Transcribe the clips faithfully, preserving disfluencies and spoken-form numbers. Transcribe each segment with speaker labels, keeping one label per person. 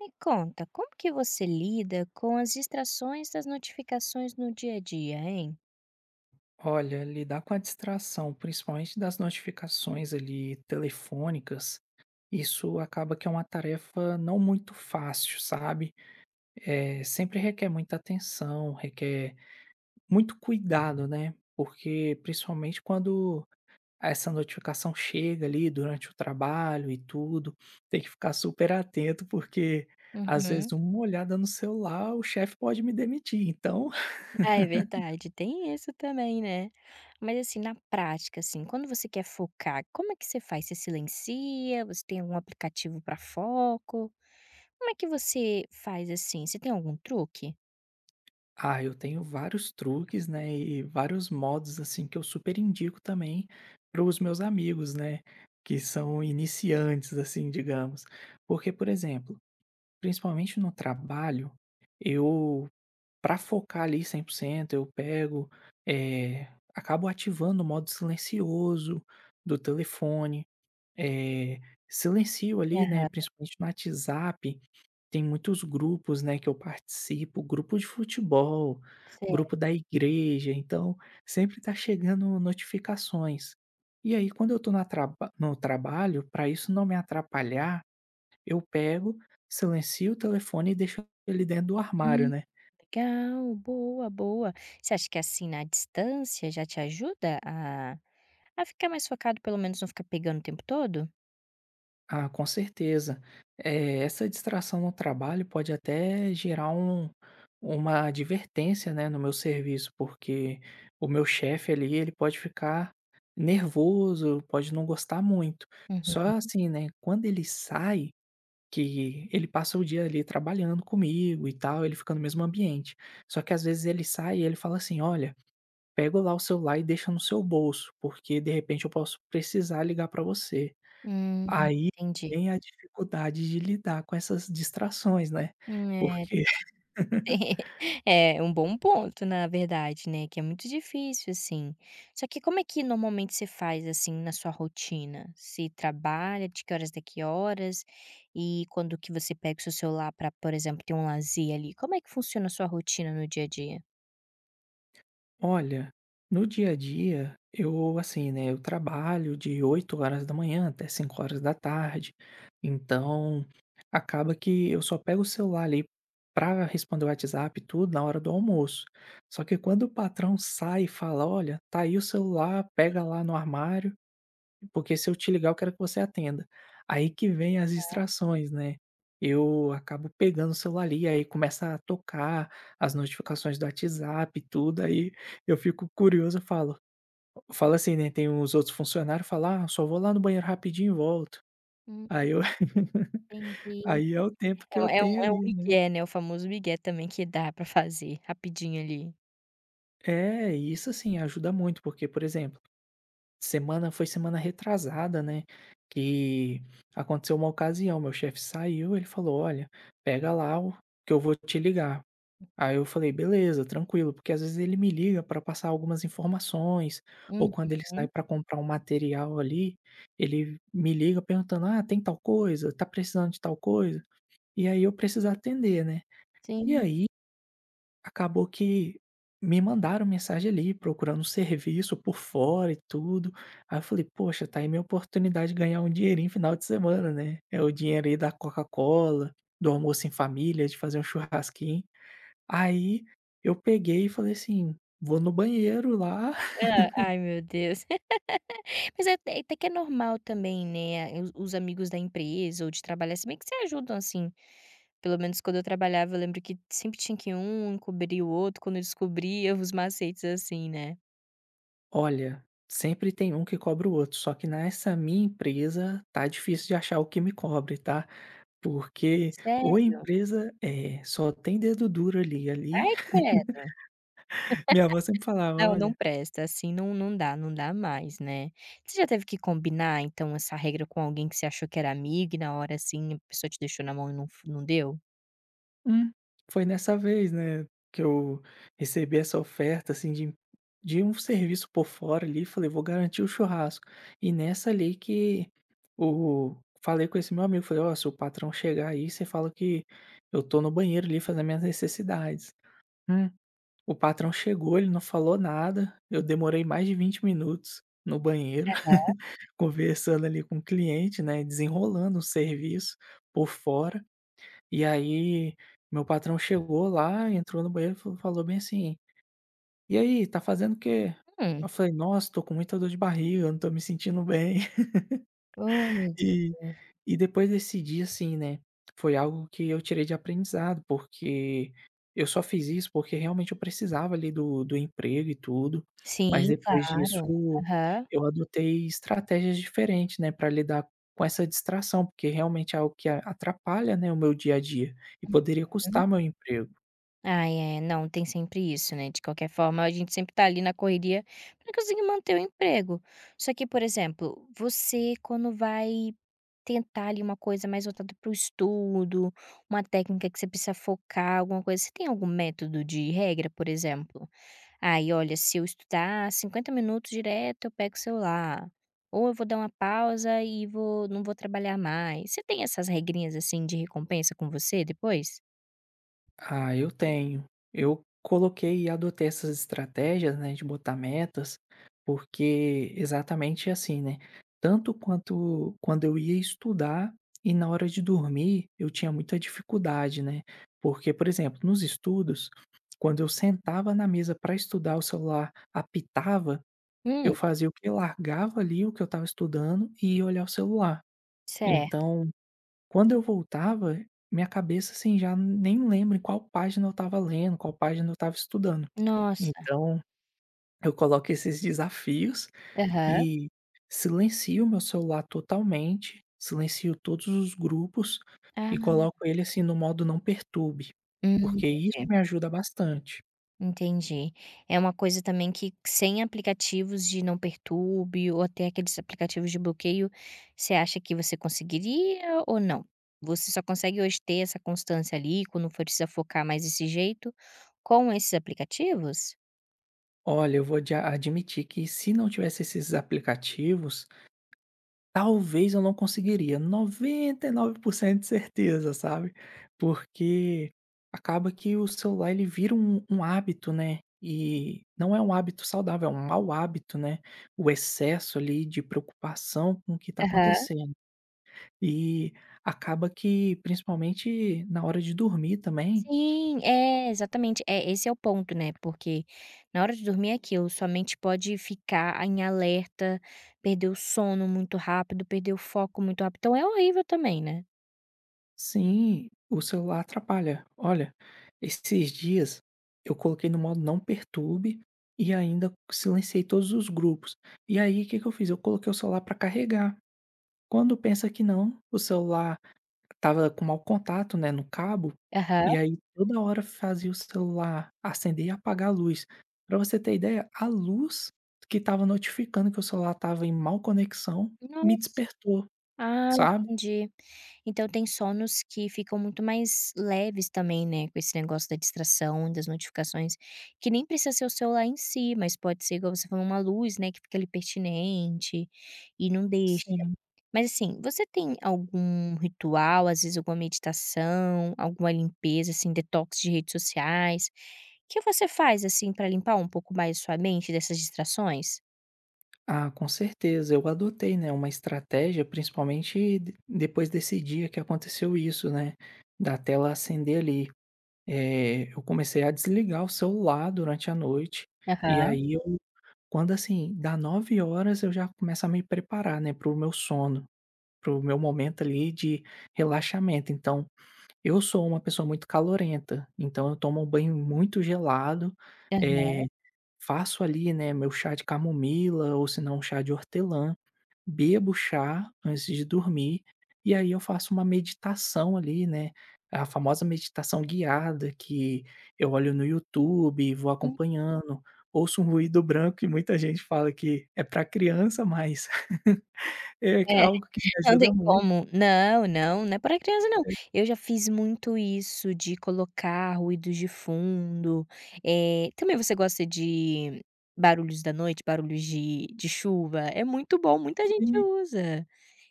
Speaker 1: Me conta, como que você lida com as distrações das notificações no dia a dia, hein?
Speaker 2: Olha, lidar com a distração, principalmente das notificações ali telefônicas, isso acaba que é uma tarefa não muito fácil, sabe? É, sempre requer muita atenção, requer muito cuidado, né? Porque principalmente quando essa notificação chega ali durante o trabalho e tudo, tem que ficar super atento, porque às vezes
Speaker 1: Uhum.
Speaker 2: uma olhada no celular, o chefe pode me demitir. Então,
Speaker 1: Ah, é verdade, tem isso também, né. Mas assim, na prática, assim, quando você quer focar, como é que você faz? Você silencia? Você tem algum aplicativo para foco? Como é que você faz, assim? Você tem algum truque?
Speaker 2: Ah, eu tenho vários truques, né, e vários modos, assim, que eu super indico também para os meus amigos, né, que são iniciantes, assim, digamos. Porque, por exemplo, principalmente no trabalho, eu, para focar ali cem por cento, eu pego, eh, acabo ativando o modo silencioso do telefone, eh, silencio ali, né,
Speaker 1: Aham,
Speaker 2: principalmente no WhatsApp, tem muitos grupos, né, que eu participo, grupo de futebol,
Speaker 1: certo.
Speaker 2: grupo da igreja, então sempre tá chegando notificações. E aí quando eu tô na traba no trabalho, para isso não me atrapalhar, eu pego, silencio o telefone e deixo ele dentro do armário,
Speaker 1: Hum,
Speaker 2: né.
Speaker 1: legal, boa, boa. Você acha que assim, na distância, já te ajuda a a ficar mais focado, pelo menos não ficar pegando o tempo todo?
Speaker 2: Ah, com certeza. Eh, essa distração no trabalho pode até gerar um uma advertência, né, no meu serviço, porque o meu chefe ali, ele pode ficar nervoso, pode não gostar muito. Só
Speaker 1: Uhum.
Speaker 2: assim, né, quando ele sai, que ele passa o dia ali trabalhando comigo e tal, ele fica no mesmo ambiente. Só que às vezes ele sai e ele fala assim: "Olha, pega lá o celular e deixa no seu bolso, porque de repente eu posso precisar ligar para você".
Speaker 1: Hum,
Speaker 2: Aí
Speaker 1: entendi.
Speaker 2: vem a dificuldade de lidar com essas distrações, né,
Speaker 1: Hum, é,
Speaker 2: porque
Speaker 1: é um bom ponto, na verdade, né, que é muito difícil, assim. Só que como é que normalmente você faz, assim, na sua rotina? Se trabalha de que horas até que horas? E quando que você pega o seu celular para, por exemplo, ter um lazer ali, como é que funciona a sua rotina no dia a dia?
Speaker 2: olha, no dia a dia eu, assim, né, eu trabalho de oito horas da manhã até cinco horas da tarde. Então acaba que eu só pego o celular ali para responder o WhatsApp e tudo na hora do almoço. Só que quando o patrão sai e fala: "Olha, tá aí o celular, pega lá no armário, porque se eu te ligar, eu quero que você atenda". Aí que vem as distrações, né. Eu acabo pegando o celular ali, aí começa a tocar as notificações do WhatsApp e tudo, aí eu fico curioso, eu falo eu falo assim, né, tem os outros funcionários, falo: "Ah, só vou lá no banheiro rapidinho e volto".
Speaker 1: Hum,
Speaker 2: Aí eu
Speaker 1: entendi.
Speaker 2: aí é o tempo que
Speaker 1: É um
Speaker 2: eu
Speaker 1: é
Speaker 2: tenho
Speaker 1: um é um
Speaker 2: ali, né.
Speaker 1: migué, né, o famoso migué também que dá pra fazer rapidinho ali.
Speaker 2: É, e isso, assim, ajuda muito, porque, por exemplo, Semana foi semana retrasada, né, que aconteceu uma ocasião, meu chefe saiu, ele falou: "Olha, pega lá o, que eu vou te ligar". Aí eu falei: "Beleza, tranquilo", porque às vezes ele me liga para passar algumas informações, ou
Speaker 1: Uhum.
Speaker 2: quando ele sai para comprar um material ali, ele me liga perguntando: "Ah, tem tal coisa? Tá precisando de tal coisa?". E aí eu preciso atender, né. E
Speaker 1: Sim.
Speaker 2: aí acabou que me mandaram mensagem ali procurando um serviço por fora e tudo. Aí eu falei: "Poxa, tá aí minha oportunidade de ganhar um dinheirinho final de semana, né, é o dinheiro aí da Coca-Cola, do almoço em família, de fazer um churrasquinho". Aí eu peguei e falei assim: "Vou no banheiro lá".
Speaker 1: Hã, ai meu Deus. Mas é até até que é normal também, né, os os amigos da empresa ou de trabalhar, se bem que se ajudam, assim. Pelo menos quando eu trabalhava, eu lembro que sempre tinha que um encobrir o outro quando eu descobria os macetes, assim, né.
Speaker 2: Olha, sempre tem um que cobra o outro, só que nessa minha empresa tá difícil de achar o que me cobre, tá, porque ou
Speaker 1: Sério?
Speaker 2: a empresa é, só tem dedo duro ali, ali.
Speaker 1: Ai, credo.
Speaker 2: Minha avó sempre falava:
Speaker 1: Não, não
Speaker 2: "Olha,
Speaker 1: presta, assim, não não dá, não dá mais, né. Você já teve que combinar, então, essa regra com alguém que você achou que era amigo e na hora, assim, a pessoa te deixou na mão e não f não deu?
Speaker 2: hum, foi nessa vez, né, que eu recebi essa oferta, assim, de de um serviço por fora ali, falei: 'Vou garantir o churrasco'. E nessa ali que o falei com esse meu amigo, falei: "Ó, se o patrão chegar aí, você fala que eu tô no banheiro ali fazendo minhas necessidades". Hum, o patrão chegou, ele não falou nada, eu demorei mais de vinte minutos no banheiro, conversando ali com o cliente, né, desenrolando o serviço por fora. E aí, meu patrão chegou lá, entrou no banheiro e fa falou bem assim: "E aí, tá fazendo o quê?"
Speaker 1: Hum.
Speaker 2: Eu falei: "Nossa, tô com muita dor de barriga, não tô me sentindo bem".
Speaker 1: Oh, meu
Speaker 2: E
Speaker 1: Deus.
Speaker 2: e depois desse dia, assim, né, foi algo que eu tirei de aprendizado, porque eu só fiz isso porque realmente eu precisava ali do do emprego e tudo, mas
Speaker 1: Sim,
Speaker 2: depois disso
Speaker 1: claro. Aham.
Speaker 2: eu adotei estratégias diferentes, né, para lidar com essa distração, porque realmente é algo que a atrapalha, né, o meu dia a dia e poderia custar meu emprego.
Speaker 1: Ai, é, não, tem sempre isso, né, de qualquer forma a gente sempre tá ali na correria pra conseguir manter o emprego. Só que, por exemplo, você quando vai tentar ali uma coisa mais voltada para o estudo, uma técnica que você precisa focar, alguma coisa, você tem algum método de regra, por exemplo? "Ai, olha, se eu estudar cinquenta minutos direto, eu pego o celular", ou "eu vou dar uma pausa e vou não vou trabalhar mais". Você tem essas regrinhas, assim, de recompensa com você depois?
Speaker 2: Ah, eu tenho. Eu coloquei e adotei essas estratégias, né, de botar metas, porque exatamente assim, né? Tanto quanto quando eu ia estudar e na hora de dormir, eu tinha muita dificuldade, né? Porque, por exemplo, nos estudos, quando eu sentava na mesa para estudar, o celular apitava,
Speaker 1: Hum,
Speaker 2: eu fazia o que Largava ali o que eu estava estudando e ia olhar o celular.
Speaker 1: certo.
Speaker 2: Então, quando eu voltava, minha cabeça, assim, já nem lembra em qual página eu estava lendo, qual página eu estava estudando.
Speaker 1: Nossa.
Speaker 2: Então, eu coloco esses desafios
Speaker 1: Aham.
Speaker 2: e silencio meu celular totalmente, silencio todos os grupos
Speaker 1: Ah,
Speaker 2: e coloco ele, assim, no modo não perturbe,
Speaker 1: hum,
Speaker 2: porque isso
Speaker 1: entendi,
Speaker 2: me ajuda bastante.
Speaker 1: entendi. É uma coisa também que sem aplicativos de não perturbe ou até aqueles aplicativos de bloqueio, você acha que você conseguiria ou não? Você só consegue hoje ter essa constância ali, quando for precisa focar mais desse jeito, com esses aplicativos?
Speaker 2: Olha, eu vou de admitir que se não tivesse esses aplicativos, talvez eu não conseguiria, noventa e nove por cento de certeza, sabe, porque acaba que o celular ele vira um um hábito, né, e não é um hábito saudável, é um mau hábito, né, o excesso ali de preocupação com o que está
Speaker 1: Aham.
Speaker 2: acontecendo. E acaba que, principalmente na hora de dormir também,
Speaker 1: Sim, é, exatamente. É, esse é o ponto, né, porque na hora de dormir é aquilo, sua mente pode ficar em alerta, perder o sono muito rápido, perder o foco muito rápido, então é horrível também, né.
Speaker 2: sim, o celular atrapalha. Olha, esses dias eu coloquei no modo não perturbe e ainda silenciei todos os grupos. E aí, o que que eu fiz? Eu coloquei o celular para carregar. Quando pensa que não, o celular tava com mau contato, né, no cabo, e
Speaker 1: Aham.
Speaker 2: aí toda hora fazia o celular acender e apagar a luz. Para você ter ideia, a luz que estava notificando que o celular tava em mal conexão me
Speaker 1: Nossa.
Speaker 2: despertou,
Speaker 1: Ah,
Speaker 2: sabe?
Speaker 1: entendi. Então tem sonos que ficam muito mais leves também, né, com esse negócio da distração, das notificações, que nem precisa ser o celular em si, mas pode ser, igual você falou, uma luz, né, que fica ali pertinente e não deixa.
Speaker 2: Sim.
Speaker 1: Mas assim, você tem algum ritual, às vezes alguma meditação, alguma limpeza, assim, detox de redes sociais, que você faz, assim, pra limpar um pouco mais sua mente dessas distrações?
Speaker 2: Ah, com certeza. Eu adotei, né, uma estratégia, principalmente de- depois desse dia que aconteceu isso, né, da tela acender ali. Eh, eu comecei a desligar o celular durante a noite, e
Speaker 1: Aham.
Speaker 2: aí eu, quando assim, dá nove horas eu já começo a me preparar, né, para o meu sono, para o meu momento ali de relaxamento. Então, eu sou uma pessoa muito calorenta, então eu tomo um banho muito gelado, eh, faço ali, né, meu chá de camomila ou se não um chá de hortelã, bebo chá antes de dormir, e aí eu faço uma meditação ali, né, a famosa meditação guiada que eu olho no YouTube, vou
Speaker 1: Aham.
Speaker 2: acompanhando, ouço um ruído branco que muita gente fala que é para criança, mas
Speaker 1: É,
Speaker 2: é algo que me
Speaker 1: não tem
Speaker 2: ajuda muito.
Speaker 1: como. Não, não, não é para criança não.
Speaker 2: É,
Speaker 1: Eu já fiz muito isso de colocar ruídos de fundo, eh, também você gosta de barulhos da noite, barulhos de de chuva? É muito bom, muita gente
Speaker 2: sim.
Speaker 1: usa.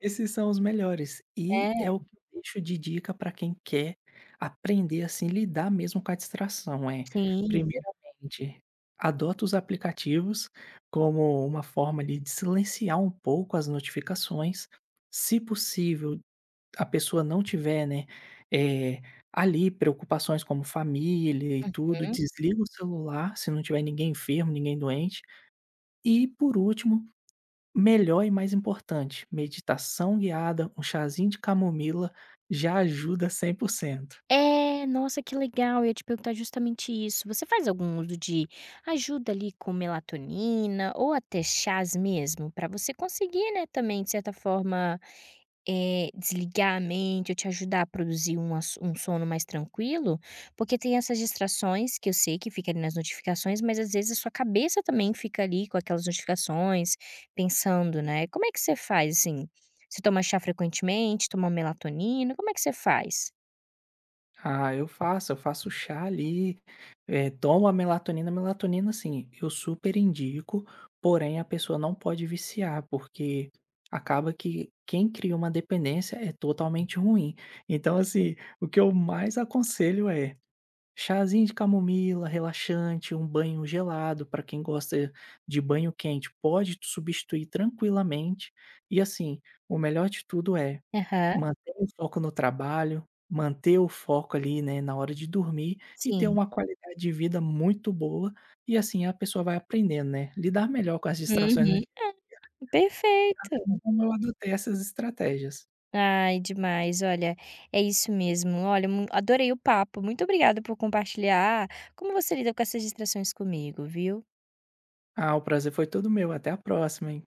Speaker 2: Esses são os melhores,
Speaker 1: É,
Speaker 2: e é o que eu deixo de dica para quem quer aprender, assim, lidar mesmo com a distração, é,
Speaker 1: sim.
Speaker 2: primeiramente, adota os aplicativos como uma forma ali de silenciar um pouco as notificações, se possível, a pessoa não tiver, né, eh, ali preocupações como família e tudo,
Speaker 1: Uhum.
Speaker 2: desliga o celular, se não tiver ninguém enfermo, ninguém doente, e por último, melhor e mais importante, meditação guiada, um chazinho de camomila já ajuda cem por cento.
Speaker 1: É, nossa que legal, eu ia te perguntar justamente isso. Você faz algum uso de ajuda ali com melatonina ou até chás mesmo, para você conseguir, né, também de certa forma, eh, desligar a mente ou te ajudar a produzir um ass um sono mais tranquilo? Porque tem essas distrações que eu sei que fica ali nas notificações, mas às vezes a sua cabeça também fica ali com aquelas notificações, pensando, né. Como é que você faz, assim? Você toma chá frequentemente? Toma melatonina? Como é que você faz?
Speaker 2: Ah, eu faço, eu faço chá ali, eh, tomo a melatonina. Melatonina, assim, eu super indico, porém a pessoa não pode viciar, porque acaba que quem cria uma dependência é totalmente ruim. Então, assim, o que eu mais aconselho é chazinho de camomila, relaxante, um banho gelado, para quem gosta de banho quente, pode substituir tranquilamente. E assim, o melhor de tudo é
Speaker 1: Aham.
Speaker 2: manter o foco no trabalho, manter o foco ali, né, na hora de dormir e ter
Speaker 1: Sim.
Speaker 2: uma qualidade de vida muito boa. E assim a pessoa vai aprendendo, né, lidar melhor com as distrações no
Speaker 1: Uhum.
Speaker 2: dia, assim
Speaker 1: Perfeito.
Speaker 2: como eu adotei essas estratégias.
Speaker 1: Ai, demais, olha, é isso mesmo. Olha, mu adorei o papo, muito obrigada por compartilhar como você lida com essas distrações comigo, viu.
Speaker 2: Ah, o prazer foi todo meu. Até a próxima, hein.